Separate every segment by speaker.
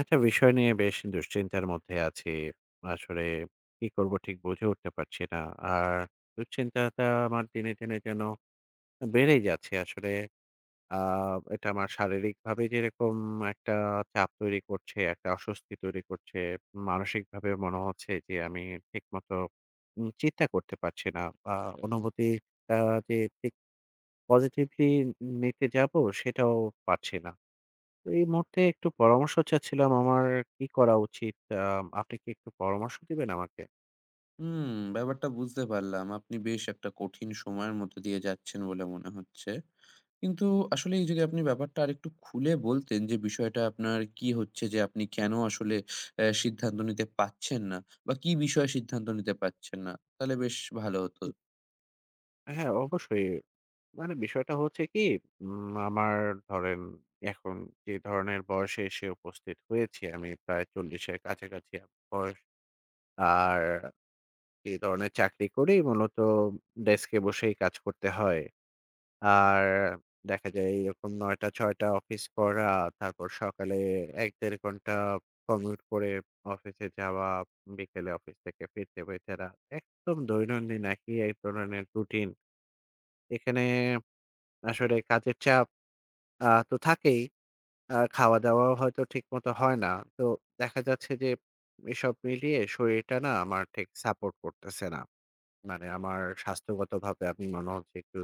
Speaker 1: একটা বিষয় নিয়ে বেশ দুশ্চিন্তার মধ্যে আছি। আসলে কি করব ঠিক বুঝে উঠতে পারছি না। আর দুশ্চিন্তাটা আমার দিনে, দিনে যেন বেড়েই যাচ্ছে। আসলে আ এটা আমার শারীরিকভাবে যেরকম একটা চাপ তৈরি করছে, একটা অস্বস্তি তৈরি করছে, মানসিকভাবে মনে হচ্ছে যে আমি ঠিকমতো চিন্তা করতে পারছি না। বা অনুভূতি আ যে ঠিক পজিটিভলি নিতে যাব সেটাও পারছি না। তো এই মুহূর্তে একটু পরামর্শ চাচ্ছিলাম আমার কি করা উচিত? আ আপনি কি একটু পরামর্শ দিবেন আমাকে?
Speaker 2: হুম, ব্যাপারটা বুঝতে পারলাম। আপনি বেশ একটা কঠিন সময়ের মধ্য দিয়ে যাচ্ছেন বলে মনে হচ্ছে। কিন্তু আসলেই যদি আপনি ব্যাপারটা আরেকটু খুলে বলতেন যে বিষয়টা আপনার কি হচ্ছে, যে আপনি কেন আসলে সিদ্ধান্ত নিতে পারছেন না বা কি বিষয়ে সিদ্ধান্ত নিতে পারছেন না? তাহলে বেশ ভালো হতো।
Speaker 1: জি। হ্যাঁ, অবশ্যই। মানে বিষয়টা হচ্ছে কি আমার ধরেন এখন যে ধরনের বয়সে এসে উপস্থিত হয়েছি আমি প্রায় ৪০ এর কাছাকাছি আমার বয়স। আর এই ধরনের চাকরি করি মূলত ডেস্কে বসেই কাজ করতে হয়। আর দেখা যায় এরকম ৯টা-৬টা অফিস করা, তারপর সকালে ১-১.৫ ঘন্টা কমিউট করে অফিসে যাওয়া, বিকেলে অফিস থেকে ফিরতে, ফিরতে রাত। একদম দৈনন্দিন একই এক ধরনের রুটিন। এখানে আসলে কাজের চাপ তো থাকেই, খাওয়া-দাওয়াও হয়তো ঠিকমতো হয় না। তো দেখা যাচ্ছে যে এসব মিলিয়ে শরীরটা না আমার ঠিক সাপোর্ট করতেছে না। মানে আমার স্বাস্থ্যগতভাবে আমি মনে হচ্ছে একটু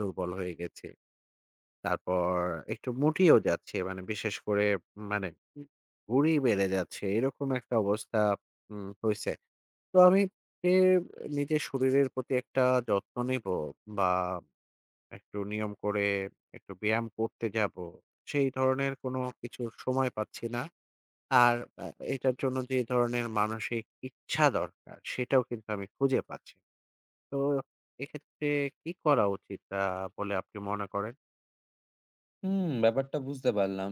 Speaker 1: দুর্বল হয়ে গেছি। তারপর একটু মুটিয়েও যাচ্ছে। মানে বিশেষ করে মানে উম ভুঁড়ি বেড়ে যাচ্ছে। এরকম একটা অবস্থা হইছে। তো আমি এ নিজের শরীরের প্রতি একটা যত্ন নিবো বা একটু নিয়ম করে একটু ব্যায়াম করতে যাবো। সেই ধরনের কোনো কিছুর সময় পাচ্ছি না। আর আ এটার জন্য যে ধরনের মানসিক ইচ্ছা দরকার সেটাও কিন্তু আমি খুঁজে পাচ্ছি না। তো এক্ষেত্রে কি করা উচিত বলে আপনি মনে করেন?
Speaker 2: হুম, ব্যাপারটা বুঝতে পারলাম।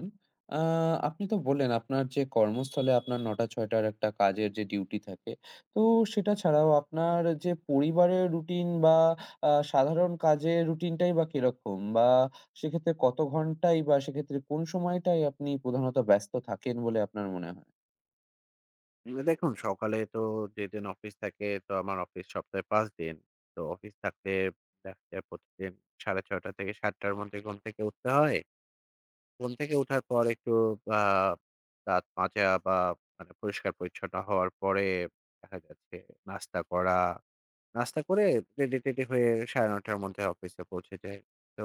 Speaker 2: আ আপনি তো বললেন আপনার যে কর্মস্থলে আপনার ৯ঃ০০-৬ঃ০০ র একটা কাজের যে ডিউটি থাকে। তো সেটা ছাড়াও আপনার যে পরিবারের রুটিন বা সাধারণ কাজের রুটিনটাই বা কিরকম? বা সেক্ষেত্রে কত ঘন্টাই, বা সেক্ষেত্রে কোন সময়টায় আপনি প্রধানত ব্যস্ত থাকেন বলে আপনার মনে হয়?
Speaker 1: দেখুন সকালে তো যেদিন অফিস থাকে তো আমার অফিস সপ্তাহে ৫ দিন। তো অফিস থাকলে দেখা যায় প্রতিদিন ৬:৩০ থেকে ৭:০০ র মধ্যে ঘুম থেকে উঠতে হয়। ঘুম থেকে ওঠার পর একটু আ দাঁত মাজা বা মানে পরিষ্কার-পরিচ্ছন্ন হওয়ার পরে দেখা যাচ্ছে নাস্তা করা। নাস্তা করে রেডি-টেডি হয়ে ৯:৩০ র মধ্যে অফিসে পৌঁছে যাই। তো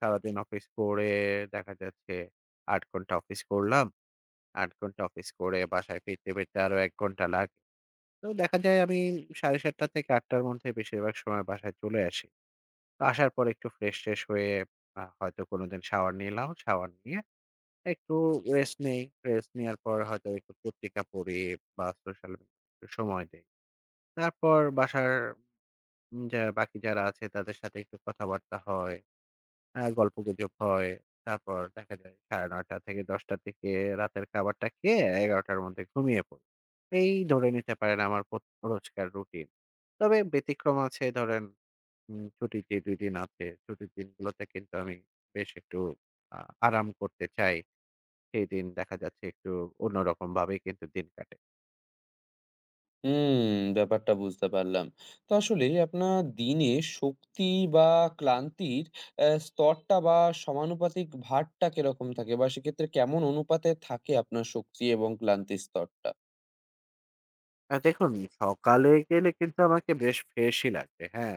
Speaker 1: সারাদিন অফিস করে দেখা যাচ্ছে ৮ ঘন্টা অফিস করলাম। ৮ ঘন্টা অফিস করে বাসায় ফিরতে, ফিরতে আরো ১ ঘন্টা লাগে। তো দেখা যায় আমি ৭:৩০ থেকে ৮:০০ র মধ্যে বেশিরভাগ সময় বাসায় চলে আসি। তো আসার পর একটু ফ্রেশ-ট্রেশ হয়ে হয়তো কোনোদিন শাওয়ার নিলাম। শাওয়ার নিয়ে একটু রেস্ট নেই। রেস্ট নেয়ার পর হয়তো একটু পত্রিকা পড়ি বা সোশ্যাল মিডিয়ায় একটু সময় দেই। তারপর বাসার যা বাকি যারা আছে তাদের সাথে একটু কথাবার্তা হয়। গল্পগুজব হয়। তারপর দেখা যায় ৯:৩০ থেকে ১০টা থেকে রাতের খাবারটা খেয়ে ১১টার মধ্যে ঘুমিয়ে পড়ি। এই ধরে নিতে পারেন আমার রোজকার রুটিন। তবে ব্যতিক্রম আছে ধরেন ছুটির যে ২ দিন আছে, ছুটির দিনগুলোতে কিন্তু আমি বেশ একটু আ আরাম করতে চাই। সেইদিন দেখা যাচ্ছে একটু অন্যরকমভাবেই কিন্তু দিন কাটে।
Speaker 2: হুম, ব্যাপারটা বুঝতে পারলাম। তো আসলে আপনার দিনে শক্তি বা ক্লান্তির স্তরটা বা সমানুপাতিক ভারটা কিরকম থাকে? বা সেক্ষেত্রে কেমন অনুপাতে থাকে আপনার শক্তি এবং ক্লান্তির স্তরটা?
Speaker 1: দেখুন সকালে গেলে কিন্তু আমাকে বেশ ফ্রেশই লাগবে, হ্যাঁ।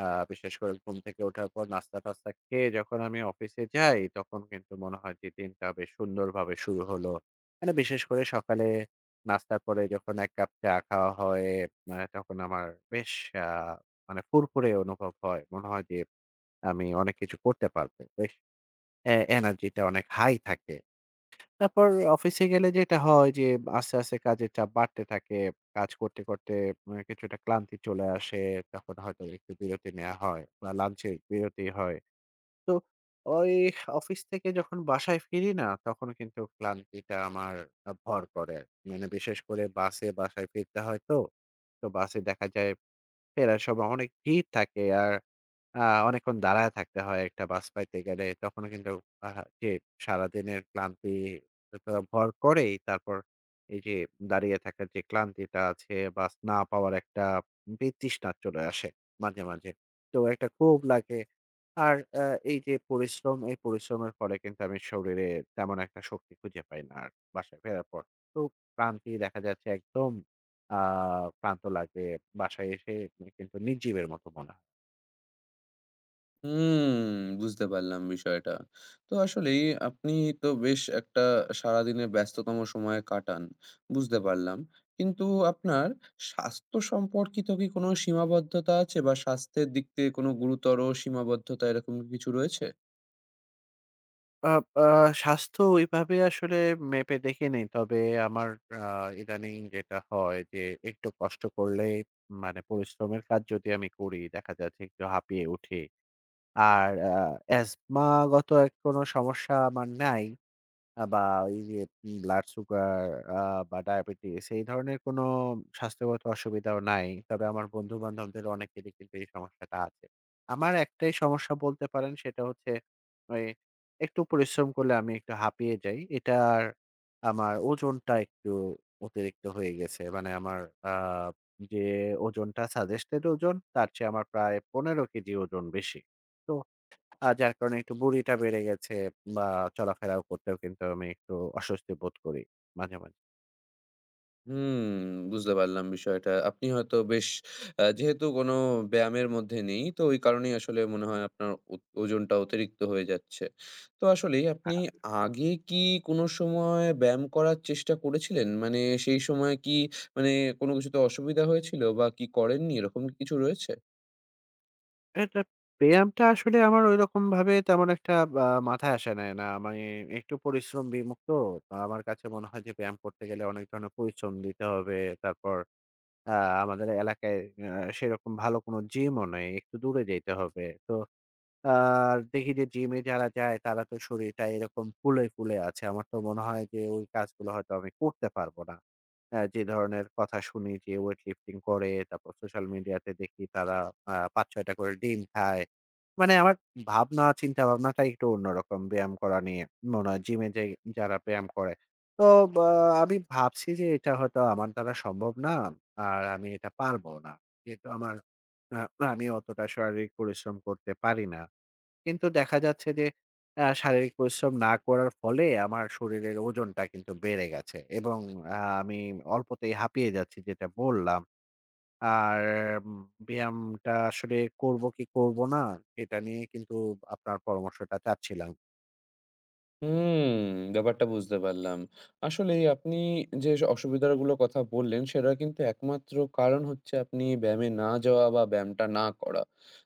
Speaker 1: আ বিশেষ করে ঘুম থেকে ওঠার পর নাস্তা-টাস্তা খেয়ে যখন আমি অফিসে যাই, তখন কিন্তু মনে হয় যে দিনটা বেশ সুন্দরভাবে শুরু হলো। মানে বিশেষ করে সকালে নাস্তা করে যখন ১ কাপ চা খাওয়া হয়, তখন আমার বেশ আ মানে ফুরফুরে অনুভব হয়। মনে হয় যে আমি অনেক কিছু করতে পারবো। বেশ এনার্জিটা অনেক হাই থাকে। তারপর অফিসে গেলে যেটা হয় যে আস্তে, আস্তে কাজের চাপ বাড়তে থাকে। কাজ করতে, করতে মানে কিছুটা ক্লান্তি চলে আসে। তখন হয়তো একটু বিরতি নেয়া হয় বা লাঞ্চের বিরতি হয়। তো ওই অফিস থেকে যখন বাসায় ফিরি না, তখন কিন্তু ক্লান্তিটা আমার ভর করে। আর কি। মানে বিশেষ করে বাসে বাসায় ফিরতে হয় তো। তো বাসে দেখা যায় ফেরার সময় অনেক ভিড় থাকে আর আ অনেকক্ষণ দাঁড়ায় থাকতে হয় একটা বাস পাইতে গেলে। তখনও কিন্তু আ যে সারাদিনের ক্লান্তি তা ভর করেই। তারপর এই যে দাঁড়িয়ে থাকার যে ক্লান্তিটা আছে, বাস না পাওয়ার একটা বিতৃষ্ণা চলে আসে মাঝে, মাঝে। তো একটা ক্ষোভ লাগে। আর এই যে পরিশ্রম, এই পরিশ্রমের ফলে কিন্তু আমি শরীরে তেমন একটা শক্তি খুঁজে পাই না আর বাসায় ফেরার পর। তো ক্লান্তি দেখা যাচ্ছে একদম আ ক্লান্ত লাগে। বাসায় এসে কিন্তু নির্জীবের মতো মনে হয়।
Speaker 2: হুম, বুঝতে পারলাম বিষয়টা। তো আসলেই আপনি তো বেশ একটা সারাদিনের ব্যস্ততম সময় কাটান, বুঝতে পারলাম। কিন্তু আপনার স্বাস্থ্য সম্পর্কিত কি কোনো সীমাবদ্ধতা আছে? বা স্বাস্থ্যের দিক থেকে কোনো গুরুতর সীমাবদ্ধতা এরকম কিছু রয়েছে?
Speaker 1: আব আ স্বাস্থ্য ওইভাবে আসলে মেপে দেখিনি। তবে আমার আ ইদানিং যেটা হয় যে একটু কষ্ট করলেই মানে পরিশ্রমের কাজ যদি আমি করি দেখা যাচ্ছে একটু হাঁপিয়ে উঠি। আর অ্যাজমাগত এক কোনো সমস্যা আমার নাই। বা এই যে ব্লাড সুগার আ বা ডায়াবেটিস এই ধরনের কোনো স্বাস্থ্যগত অসুবিধাও নাই। তবে আমার বন্ধু-বান্ধবদের অনেকেরই কিন্তু এই সমস্যাটা আছে। আমার একটাই সমস্যা বলতে পারেন সেটা হচ্ছে ওই একটু পরিশ্রম করলে আমি একটু হাঁপিয়ে যাই। এটার আমার ওজনটা একটু অতিরিক্ত হয়ে গেছে। মানে আমার আ যে ওজনটা সাজেস্টেড ওজন তার চেয়ে আমার প্রায় ১৫ কেজি ওজন বেশি। তো যার কারণে একটু বুড়িটা বেড়ে গেছে বা চলাফেরাও করতেও কিন্তু আমি একটু অস্বস্তি বোধ করি মাঝে, মাঝে।
Speaker 2: হুম, বুঝতে পারলাম বিষয়টা। আপনি হয়তো বেশ, যেহেতু কোনো ব্যায়ামের মধ্যে নেই, তো ওই কারণেই আসলে মনে হয় আপনার ওজনটা অতিরিক্ত হয়ে যাচ্ছে। তো আসলেই
Speaker 1: আ
Speaker 2: আপনি আগে কি কোনো সময় ব্যায়াম করার চেষ্টা করেছিলেন? মানে সেই সময় কি, মানে, কোনো কিছুতে অসুবিধা হয়েছিল বা কি করেননি, এরকম কি কিছু রয়েছে?
Speaker 1: এটা ব্যায়ামটা আসলে আমার ঐরকমভাবে তেমন একটা মাথায় আসে নাই না। আমি একটু পরিশ্রম বিমুখ তো। আমার কাছে মনে হয় যে ব্যায়াম করতে গেলে অনেক ধরনের পরিশ্রম দিতে হবে। তারপর আ আমাদের এলাকায় আ সেরকম ভালো কোনো জিমও নাই। একটু দূরে যাইতে হবে। তো আর দেখি যে জিমে যারা যায় তারা তো শরীরটা এরকম ফুলে, ফুলে আছে। আমার তো মনে হয় যে ওই কাজগুলো হয়তো আমি করতে পারব না। যে ধরনের কথা শুনি যে ওয়েট লিফটিং করে, তারপর সোশ্যাল মিডিয়াতে দেখি তারা ৫-৬ টা করে ডিম খায়। মানে আমার ভাবনা চিন্তাভাবনাটা একটু অন্যরকম ব্যায়াম করা নিয়ে। মনে হয় জিমে যে যারা ব্যায়াম করে। তো বা আমি ভাবছি যে এটা হয়তো আমার দ্বারা সম্ভব না। আর আমি এটা পারবো না। যেহেতু আমার আ আমি অতটা শারীরিক পরিশ্রম করতে পারি না। কিন্তু দেখা যাচ্ছে যে শারীরিক পরিশ্রম না করার ফলে আমার শরীরের ওজনটা কিন্তু বেড়ে গেছে এবং আ আমি অল্পতেই হাঁপিয়ে যাচ্ছি যেটা বললাম। আর উম ব্যায়ামটা আসলে করব কি করব না এটা নিয়ে কিন্তু আপনার পরামর্শটা চাচ্ছিলাম।
Speaker 2: হুম, ব্যাপারটা বুঝতে পারলাম। আসলেই আপনি যে অসুবিধাগুলোর কথা বললেন, সেটার কিন্তু একমাত্র কারণ হচ্ছে আপনি ব্যায়ামে না যাওয়া বা ব্যায়ামটা না করা।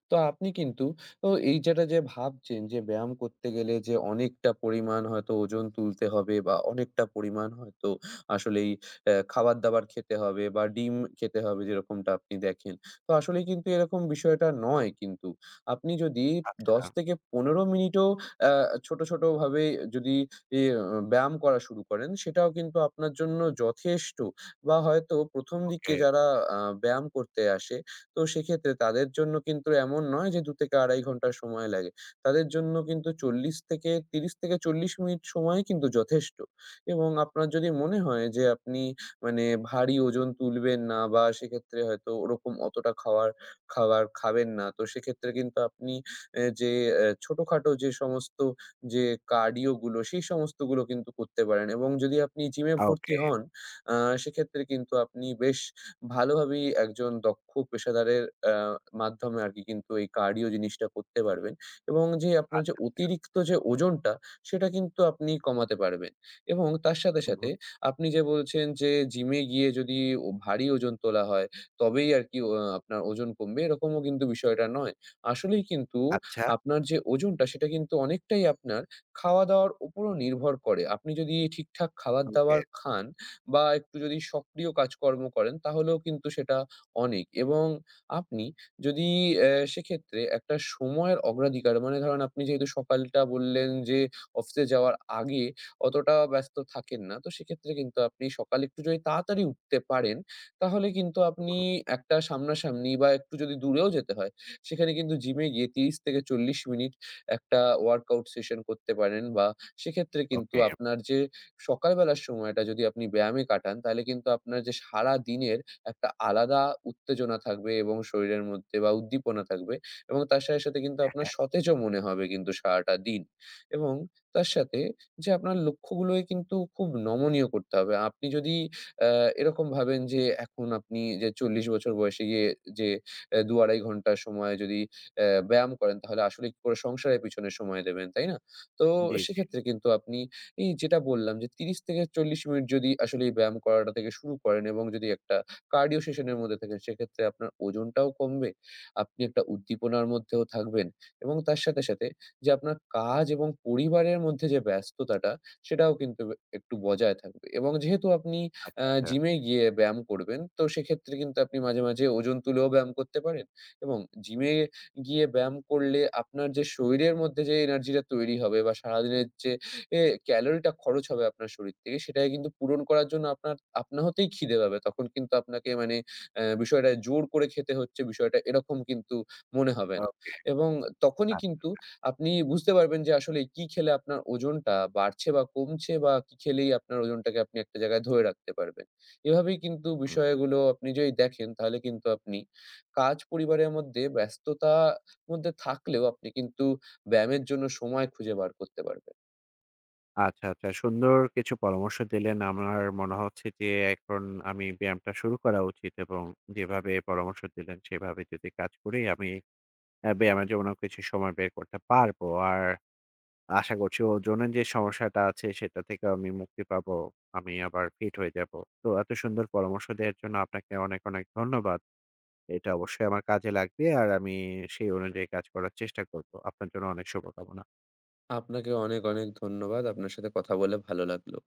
Speaker 2: তো আপনি কিন্তু এই যেটা যে ভাবছেন, যে ব্যায়াম করতে গেলে যে অনেকটা পরিমাণ হয়তো ওজন তুলতে হবে বা অনেকটা পরিমাণ হয়তো আসলেই খাবার-দাবার খেতে হবে বা ডিম খেতে হবে, যেরকমটা আপনি দেখেন। তো আসলেই কিন্তু এরকম বিষয়টা নয় কিন্তু। আপনি যদি ১০
Speaker 1: আচ্ছা,
Speaker 2: থেকে ১৫ মিনিটও অ্যা ছোট, ছোট ভাবে যদি ই ব্যায়াম করা শুরু করেন, সেটাও কিন্তু আপনার জন্য যথেষ্ট। বা হয়তো ১ম দিকে
Speaker 1: ওকে,
Speaker 2: যারা আ ব্যায়াম করতে আসে, তো সেক্ষেত্রে তাদের জন্য কিন্তু এমন নয় যে ২ থেকে ২.৫ ঘন্টা সময় লাগে। তাদের জন্য কিন্তু ৪০ থেকে ৩০ থেকে ৪০ মিনিট সময়ই কিন্তু যথেষ্ট। এবং আপনার যদি মনে হয় যে আপনি, মানে, ভারী ওজন তুলবেন না বা সেক্ষেত্রে হয়তো ওরকম অতটা খাওয়ার খাবার খাবেন না, তো সেক্ষেত্রে কিন্তু আপনি যে ছোটখাটো যে সমস্ত যে কার্ডিও গুলো, সেই সমস্তগুলো কিন্তু করতে পারেন। এবং যদি আপনি জিমে ভর্তি
Speaker 1: ওকে,
Speaker 2: হন, আ সেক্ষেত্রে কিন্তু আপনি বেশ ভালোভাবেই একজন দক্ষ পেশাদারের আ মাধ্যমে আরকি কিন্তু এই কার্ডিও জিনিসটা করতে পারবেন, এবং যে আপনার যে
Speaker 1: আচ্ছা,
Speaker 2: অতিরিক্ত যে ওজনটা, সেটা কিন্তু আপনি কমাতে পারবেন। এবং তার সাথে,
Speaker 1: হুম,
Speaker 2: সাথে
Speaker 1: হুম,
Speaker 2: আপনি যে বলছেন যে জিমে গিয়ে যদি ভারী ওজন তোলা হয়, তবেই আরকি আপনার ওজন কমবে, এরকমও কিন্তু বিষয়টা নয়। আসলেই কিন্তু
Speaker 1: আচ্ছা,
Speaker 2: আপনার যে ওজনটা, সেটা কিন্তু অনেকটাই আপনার খাওয়া-দাওয়ার উপরও নির্ভর করে। আপনি যদি ঠিকঠাক
Speaker 1: ওকে,
Speaker 2: খাবার-দাবার খান বা একটু যদি সক্রিয় কাজকর্ম করেন, তাহলেও কিন্তু সেটা অনেক। এবং আপনি যদি সেক্ষেত্রে একটা সময়ের অগ্রাধিকার, মানে, ধরেন আপনি যেহেতু সকালটা বললেন যে অফিসে যাওয়ার আগে অতটা ব্যস্ত থাকেন না, তো সেক্ষেত্রে কিন্তু আপনি সকালে একটু যদি তাড়াতাড়ি উঠতে পারেন, তাহলে কিন্তু আপনি
Speaker 1: হুম,
Speaker 2: একটা সামনাসামনি, বা একটু যদি দূরেও যেতে হয় সেখানে কিন্তু জিমে গিয়ে ৩০ থেকে ৪০ মিনিট একটা ওয়ার্কআউট সেশন করতে পারেন। বা সেক্ষেত্রে কিন্তু
Speaker 1: ওকে,
Speaker 2: আপনার যে সকালবেলার সময়টা যদি আপনি ব্যায়ামে কাটান, তাহলে কিন্তু আপনার যে সারাদিনের একটা আলাদা উত্তেজনা থাকবে এবং শরীরের মধ্যে বা উদ্দীপনা থাকবে, এবং তার সাথে, সাথে কিন্তু
Speaker 1: হ্যাঁ,
Speaker 2: আপনার
Speaker 1: হ্যাঁ,
Speaker 2: সতেজও মনে হবে কিন্তু সারাটা দিন। এবং তার সাথে, যে আপনার লক্ষ্যগুলোই কিন্তু খুব নমনীয় করতে হবে। আপনি যদি অ্যা এরকম ভাবেন যে এখন আপনি যে ৪০ বছর বয়সে গিয়ে যে ২-২.৫ ঘন্টা সময় যদি ব্যায়াম করেন, তাহলে আসলে কি করে সংসারের পিছনে সময় দেবেন, তাই না? তো
Speaker 1: জি, জি,
Speaker 2: সেক্ষেত্রে কিন্তু আপনি, এই যেটা বললাম, যে ৩০-৪০ মিনিট যদি আসলে এই ব্যায়াম করাটা থেকে শুরু করেন এবং যদি একটা কার্ডিও সেশন এর মধ্যে থাকেন, সেক্ষেত্রে আপনার ওজনটাও কমবে। আপনি একটা উদ্দীপনার মধ্যেও থাকবেন, এবং তার সাথে, সাথে যে আপনার কাজ এবং পরিবারের মধ্যে যে ব্যস্ততাটা, সেটাও কিন্তু একটু বজায় থাকবে। এবং যেহেতু আপনি
Speaker 1: আচ্ছা, আচ্ছা,
Speaker 2: জিমে গিয়ে ব্যায়াম করবেন, তো সেক্ষেত্রে কিন্তু আপনি মাঝে, মাঝে ওজন তুলেও ব্যায়াম করতে পারেন। এবং জিমে গিয়ে ব্যায়াম করলে আপনার যে শরীরের মধ্যে যে এনার্জিটা তৈরি হবে বা সারাদিনের যে এ ক্যালোরিটা খরচ হবে আপনার শরীর থেকে, সেটাকে কিন্তু পূরণ করার জন্য আপনার আপনা হতেই খিদে পাবে। তখন কিন্তু আপনাকে, মানে, বিষয়টা জোর করে খেতে হচ্ছে, বিষয়টা এরকম কিন্তু মনে হবে না।
Speaker 1: ওকে,
Speaker 2: এবং তখনই কিন্তু
Speaker 1: আচ্ছা,
Speaker 2: আপনি বুঝতে পারবেন যে আসলে কি খেলে আপনার ওজনটা বাড়ছে বা কমছে, বা কি খেলেই আপনার ওজনটাকে আপনি একটা জায়গায় ধরে রাখতে পারবেন। এভাবেই কিন্তু
Speaker 1: হুম।
Speaker 2: বিষয়গুলো আপনি যদি দেখেন, তাহলে কিন্তু আপনি কাজ পরিবারের মধ্যে ব্যস্ততা মধ্যে থাকলেও আপনি কিন্তু ব্যায়ামের জন্য সময় খুঁজে বার করতে পারবেন।
Speaker 1: আচ্ছা, আচ্ছা। সুন্দর কিছু পরামর্শ দিলেন। আমার মনে হচ্ছে যে এখন আমি ব্যায়ামটা শুরু করা উচিত এবং যেভাবে পরামর্শ দিলেন সেভাবে যদি কাজ করি আমি ব্যায়ামের জন্য কিছু সময় বের করতে পারবো। আর আশা করছি ওজনের যে সমস্যাটা আছে সেটা থেকেও আমি মুক্তি পাবো। আমি আবার ফিট হয়ে যাবো। তো এত সুন্দর পরামর্শ দেওয়ার জন্য আপনাকে অনেক, অনেক ধন্যবাদ। এটা অবশ্যই আমার কাজে লাগবে আর আমি সেই অনুযায়ী কাজ করার চেষ্টা করব। আপনার জন্য অনেক শুভকামনা।
Speaker 2: আপনাকে অনেক, অনেক ধন্যবাদ। আপনার সাথে কথা বলে ভালো লাগলো।